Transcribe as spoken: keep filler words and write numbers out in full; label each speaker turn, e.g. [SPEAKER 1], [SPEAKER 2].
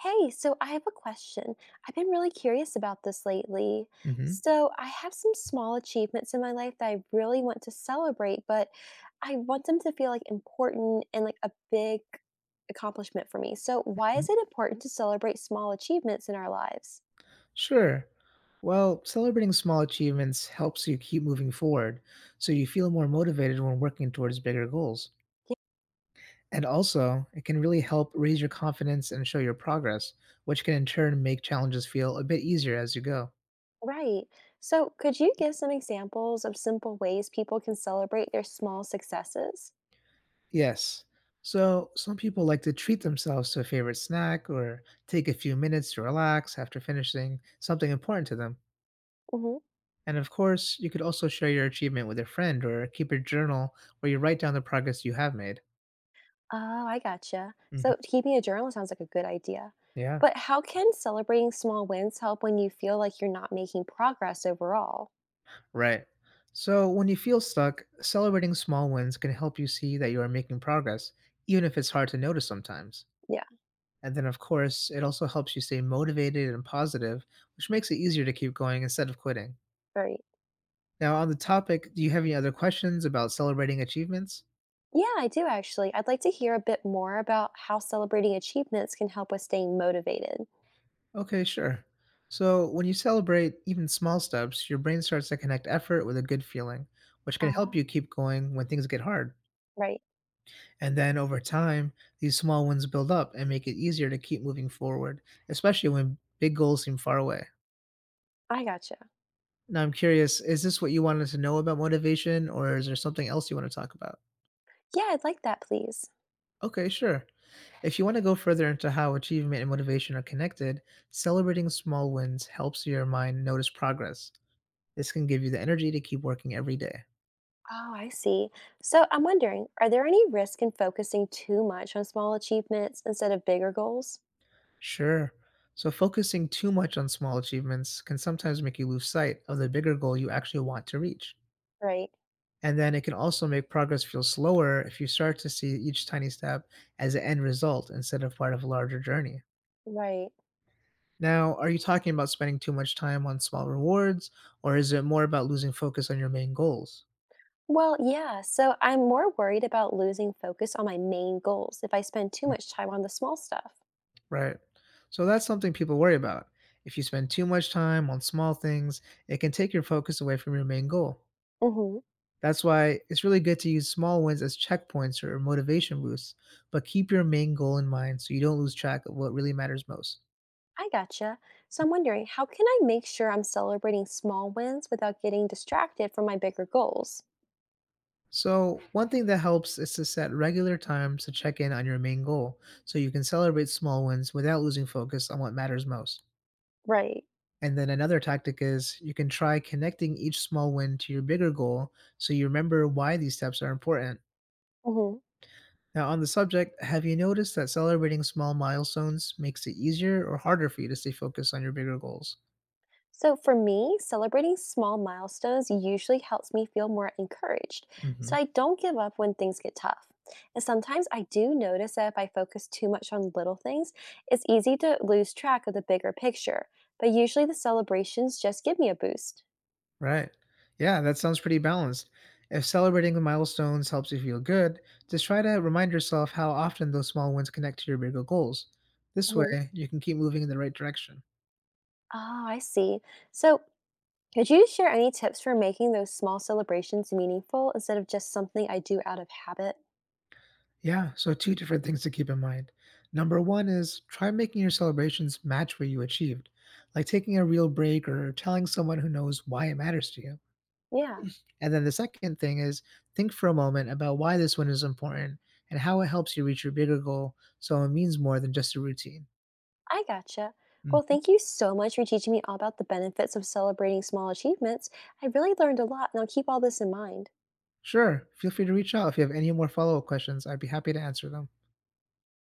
[SPEAKER 1] Hey, so I have a question. I've been really curious about this lately.
[SPEAKER 2] hmm
[SPEAKER 1] So, I have some small achievements in my life that I really want to celebrate, but I want them to feel like important and like a big accomplishment for me. So, why is it important to celebrate small achievements in our lives?
[SPEAKER 2] Sure. Well, celebrating small achievements helps you keep moving forward, so you feel more motivated when working towards bigger goals.
[SPEAKER 1] Yeah.
[SPEAKER 2] And also, it can really help raise your confidence and show your progress, which can in turn make challenges feel a bit easier as you go.
[SPEAKER 1] Right. So, could you give some examples of simple ways people can celebrate their small successes?
[SPEAKER 2] Yes. So, some people like to treat themselves to a favorite snack or take a few minutes to relax after finishing something important to them. And of course, you could also share your achievement with a friend or keep a journal where you write down the progress you have made.
[SPEAKER 1] Oh, I gotcha.
[SPEAKER 2] Mhm.
[SPEAKER 1] So keeping a journal sounds like a good idea.
[SPEAKER 2] Yeah,
[SPEAKER 1] But how can celebrating small wins help when you feel like you're not making progress overall?
[SPEAKER 2] right. So when you feel stuck, celebrating small wins can help you see that you are making progress, even if it's hard to notice sometimes.
[SPEAKER 1] Yeah,
[SPEAKER 2] And then, of course, it also helps you stay motivated and positive, which makes it easier to keep going instead of quitting.
[SPEAKER 1] right.
[SPEAKER 2] Now, on the topic, do you have any other questions about celebrating achievements?
[SPEAKER 1] Yeah, I do actually. I'd like to hear a bit more about how celebrating achievements can help with staying motivated.
[SPEAKER 2] Okay, sure. So, when you celebrate even small steps, your brain starts to connect effort with a good feeling, which can help
[SPEAKER 1] Ah,
[SPEAKER 2] you keep going when things get hard.
[SPEAKER 1] right.
[SPEAKER 2] And then over time, these small wins build up and make it easier to keep moving forward, especially when big goals seem far away.
[SPEAKER 1] I gotcha.
[SPEAKER 2] Now, I'm curious, is this what you wanted to know about motivation, or is there something else you want to talk about?
[SPEAKER 1] Yeah, I'd like that, please.
[SPEAKER 2] Okay, sure. If you want to go further into how achievement and motivation are connected, celebrating small wins helps your mind notice progress. This can give you the energy to keep working every day.
[SPEAKER 1] Oh, I see. So I'm wondering, are there any risk in focusing too much on small achievements instead of bigger goals?
[SPEAKER 2] Sure. So, focusing too much on small achievements can sometimes make you lose sight of the bigger goal you actually want to reach.
[SPEAKER 1] Right,
[SPEAKER 2] And then it can also make progress feel slower if you start to see each tiny step as an end result instead of part of a larger journey.
[SPEAKER 1] right.
[SPEAKER 2] Now, are you talking about spending too much time on small rewards, or is it more about losing focus on your main goals?
[SPEAKER 1] Well, yeah. So I'm more worried about losing focus on my main goals if I spend too
[SPEAKER 2] Mm.
[SPEAKER 1] much time on the small stuff.
[SPEAKER 2] Right. So that's something people worry about. If you spend too much time on small things, it can take your focus away from your main goal.
[SPEAKER 1] Hmm.
[SPEAKER 2] That's why it's really good to use small wins as checkpoints or motivation boosts, but keep your main goal in mind so you don't lose track of what really matters most.
[SPEAKER 1] I gotcha. So I'm wondering, how can I make sure I'm celebrating small wins without getting distracted from my bigger goals?
[SPEAKER 2] So, one thing that helps is to set regular times to check in on your main goal so you can celebrate small wins without losing focus on what matters most.
[SPEAKER 1] Right.
[SPEAKER 2] And then another tactic is you can try connecting each small win to your bigger goal so you remember why these steps are important.
[SPEAKER 1] Mhm.
[SPEAKER 2] Now, on the subject, have you noticed that celebrating small milestones makes it easier or harder for you to stay focused on your bigger goals?
[SPEAKER 1] So, for me, celebrating small milestones usually helps me feel more encouraged,
[SPEAKER 2] hmm
[SPEAKER 1] so I don't give up when things get tough. And sometimes I do notice that if I focus too much on little things, it's easy to lose track of the bigger picture. But usually the celebrations just give me a boost.
[SPEAKER 2] Right. Yeah, that sounds pretty balanced. If celebrating the milestones helps you feel good, just try to remind yourself how often those small wins connect to your bigger goals. This
[SPEAKER 1] Mhm.
[SPEAKER 2] way, you can keep moving in the right direction.
[SPEAKER 1] Oh, I see. So, could you share any tips for making those small celebrations meaningful instead of just something I do out of habit?
[SPEAKER 2] Yeah, so two different things to keep in mind. Number one is try making your celebrations match what you achieved, like taking a real break or telling someone who knows why it matters to you.
[SPEAKER 1] Yeah.
[SPEAKER 2] And then the second thing is think for a moment about why this win is important and how it helps you reach your bigger goal so it means more than just a routine.
[SPEAKER 1] I gotcha. Well, thank you so much for teaching me all about the benefits of celebrating small achievements. I really learned a lot, and I'll keep all this in mind.
[SPEAKER 2] Sure. Feel free to reach out if you have any more follow-up questions. I'd be happy to answer them.